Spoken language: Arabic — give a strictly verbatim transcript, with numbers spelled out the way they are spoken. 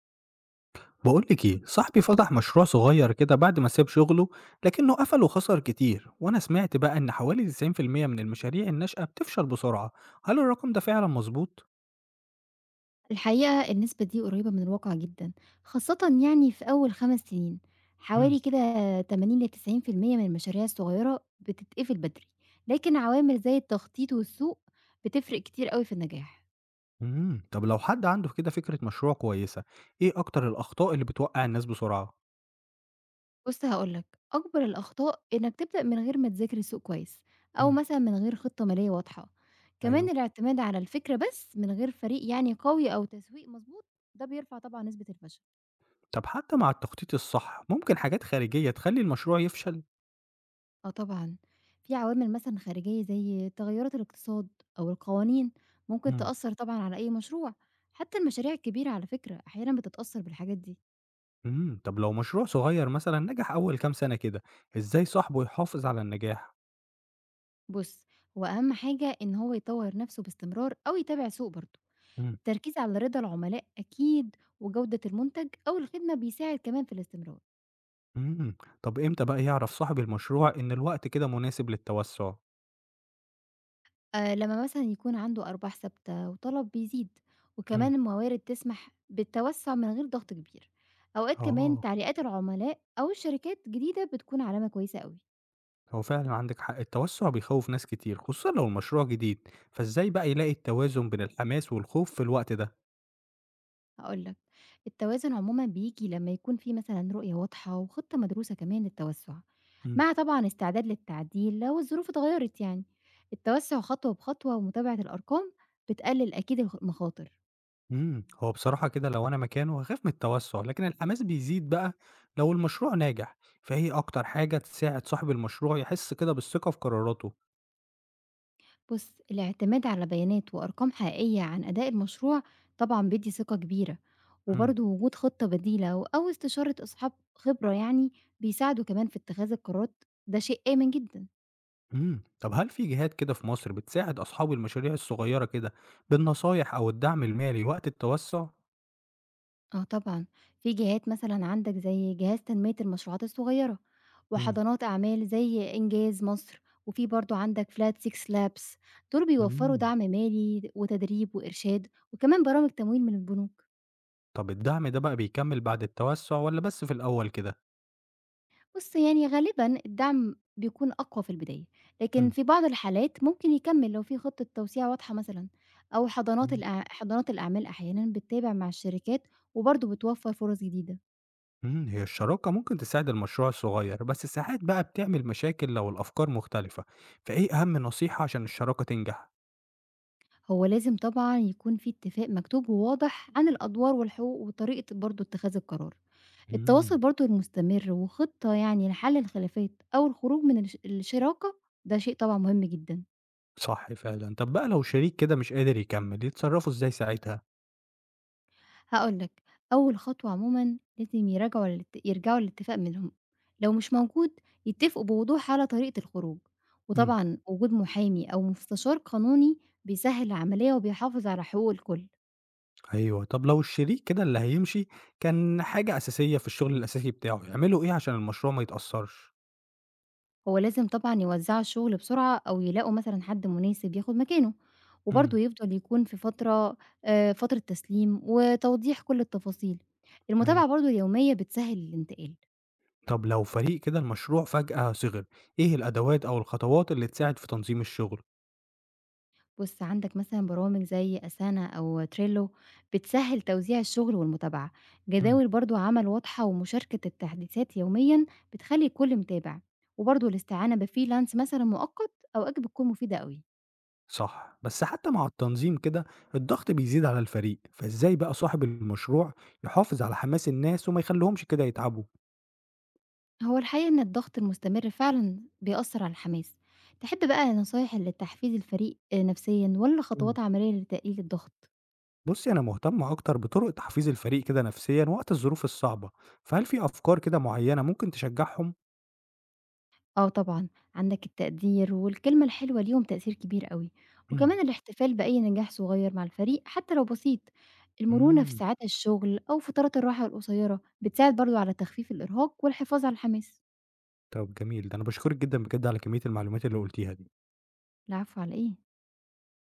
بقولك ايه، صاحبي فتح مشروع صغير كده بعد ما ساب شغله لكنه قفل وخسر كتير، وانا سمعت بقى ان حوالي تسعين في المية من المشاريع الناشئة بتفشل بسرعة. هل الرقم ده فعلا مظبوط؟ الحقيقة النسبة دي قريبة من الواقع جدًا، خاصةً يعني في أول 5 سنين، مم. حوالي كده تمانين ل90% من المشاريع الصغيرة بتتقفل بدري، لكن عوامل زي التخطيط والسوق بتفرق كتير أوي في النجاح. مم. طب لو حد عنده كده فكرة مشروع كويسة، ايه اكتر الاخطاء اللي بتوقع الناس بسرعة؟ بُص هاقول لك، أكبر الأخطاء إنك تبدأ من غير ما تذاكر السوق كويس، أو مم. مثلًا من غير خطة مالية واضحة، ايوه. كمان الاعتماد على الفكرة بس من غير فريق يعني قوي أو تسويق مضبوط، ده بيرفع طبعًا نسبة الفشل. طب حتى مع التخطيط الصح ممكن حاجات خارجية تخلي المشروع يفشل؟ آه طبعًا، في عوامل مثلًا خارجية زي تغيرات الاقتصاد أو القوانين ممكن مم. تأثّر طبعًا على أي مشروع، حتى المشاريع الكبيرة على فكرة أحيانًا بتتأثّر بالحاجات دي. مم. طب لو مشروع صغير مثلا نجح اول كام سنة كده، ازاي صاحبه يحافظ على النجاح؟ بُص، هو أهم حاجة إن هو يطوّر نَفْسه باستمرار أو يتابع السوق برضه. التركيز على رضا العملاء أكيد وجودة المنتج أو الخدمة بيساعد كمان في الاستمرار. إمم. طب إمتى بقى يعرف صاحب المشروع إن الوقت كده مناسب للتوسُّع؟ آآ لمّا مثلًا يكون عنده أرباح ثابتة وطلب بيزيد، إمم. وكمان الموارد تسمح بالتوسع من غير ضغط كبير. أوقات كمان آه. تعليقات العملاء أو الشركات جديدة بتكون علامة كويسة أوي. هو فعلًا عندِك حق، التوسُّع بيخوِّف ناس كتير، خصوصًا لو المشروع جديد، فإزاي بقى يلاقي التوازن بين الحماس والخوف في الوقت ده؟ هاقول لك، التوازن عمومًا بييجي لمّا يكون في مثلًا رؤية واضحة وخطة مدروسة كمان للتوسع، إمم. مع طبعًا استعداد للتعديل لو الظروف اتغيرت يعني. التوسع خطوة بخطوة ومتابعة الأرقام بتقلل أكيد الخ المخاطر. إمم. هو بصراحة كده لو أنا مكانه هاخاف من التوسُّع، لكن الحماس بيزيد بقى لو المشروع ناجح، فإيه أكتر حاجة تساعد صاحب المشروع يحس كده بالثقة في قراراته؟ بُص، الاعتماد على بيانات وأرقام حقيقية عن أداء المشروع طبعًا بيدّي ثقة كبيرة، إمم. وبرضه وجود خطة بديلة و أو استشارة أصحاب خبرة يعني بيساعدوا كمان في اتخاذ القرارات، ده شيء آمن جدًا. إمم، طب هل في جهات كده في مصر بتساعد أصحاب المشاريع الصغيرة كده بالنصايح أو الدعم المالي وقت التوسّع؟ آه طبعًا، في جهات مثلًا عندك زي جهاز تنمية المشروعات الصغيرة، إمم، وحضانات أعمال زي إنجاز مصر، وفي برضه عندك Flat Six Labs دول بيوفروا إمم، دعم مالي وتدريب وإرشاد، وكمان برامج تمويل من البنوك. طب الدعم ده بقى بيكمّل بعد التوسّع والّا بس في الأول كده؟ بُص يعني غالبًا الدعم بيكون أقوى في البداية، لكن إمم، في بعض الحالات ممكن يكمّل لو في خطة توسيع واضحة مثلًا، أو حضانات إمم، الأع حضانات الأعمال أحيانًا بتتابع مع الشركات وبرضه بتوفّر فرص جديدة. إمم، هي الشراكة ممكن تساعد المشروع الصغير، بس ساعات بقى بتعمل مشاكل لو الأفكار مختلفة، فإيه أهم نصيحة عشان الشراكة تنجح؟ هو لازم طبعًا يكون في اتفاق مكتوب وواضح عن الأدوار والحقوق وطريقة برضه اتخاذ القرار. إمم، التواصل برضه المستمر وخطة يعني لحل الخلافات أو الخروج من الش الشراكة ده شيء طبعًا مهم جدًا. صح فعلًا. طب بقى لو شريك كده مش قادر يكمّل، يتصرّفوا إزاي ساعتها؟ هاقول لك، أول خطوة عمومًا لازم يراجعوا الات يرجعوا للاتفاق منهم، لو مش موجود يتفقوا بوضوح على طريقة الخروج، إمم. وطبعًا وجود محامي أو مستشار قانوني بيسهّل العملية وبيحافظ على حقوق الكل، أيوه، طب لو الشريك كده اللي هيمشي كان حاجة أساسية في الشغل الأساسي بتاعه، يعملوا إيه عشان المشروع ما يتأثّرش؟ هو لازم طبعًا يوزّعوا الشغل بسرعة أو يلاقوا مثلًا حد مناسب ياخد مكانه، إمم، وبرضه يفضل يكون في فترة آآ فترة تسليم وتوضيح كل التفاصيل، أيوه. المتابعة برضه اليومية بتسهّل الانتقال. طب لو فريق كده المشروع فجأة صِغِر، إيه الأدوات أو الخطوات اللي تساعد في تنظيم الشغل؟ بُص، عندك مثلًا برامج زي أسانا أو Trello بتسهِّل توزيع الشغل والمتابعة، إمم. جداول برضه عمل واضحة ومشاركة التحديثات يوميًا بتخلّي الكل متابع، وبرضه الاستعانة بfreelance مثلًا مؤقت أوقات بتكون مفيدة أوي. صح، بس حتى مع التنظيم كده الضغط بيزيد على الفريق، فإزاي بقى صاحب المشروع يحافظ على حماس الناس وما يخلّيهمش كده يتعبوا؟ هو الحقيقة إن الضغط المستمر فعلًا بيأثّر على الحماس. تحب بقى نصايح لتحفيز الفريق آه، نفسيًا والّا إمم. خطوات عملية لتقليل الضغط؟ بُصّي، أنا مهتم أكتر بطرق تحفيز الفريق كده نفسيًا وقت الظروف الصعبة، فهل في أفكار كده معيّنة ممكن تشجّعهم؟ آه طبعًا، عندك التقدير والكلمة الحلوة ليهم تأثير كبير أوي، إمم. وكمان الاحتفال بأي نجاح صغير مع الفريق حتى لو بسيط، المرونة في إمم، ساعات الشغل أو فترات الراحة القصيرة بتساعد برضه على تخفيف الإرهاق والحفاظ على الحماس. طب جميل، ده أنا باشكرِك جدًا بجد على كمية المعلومات اللي قُلتيها دي. العفو على إيه؟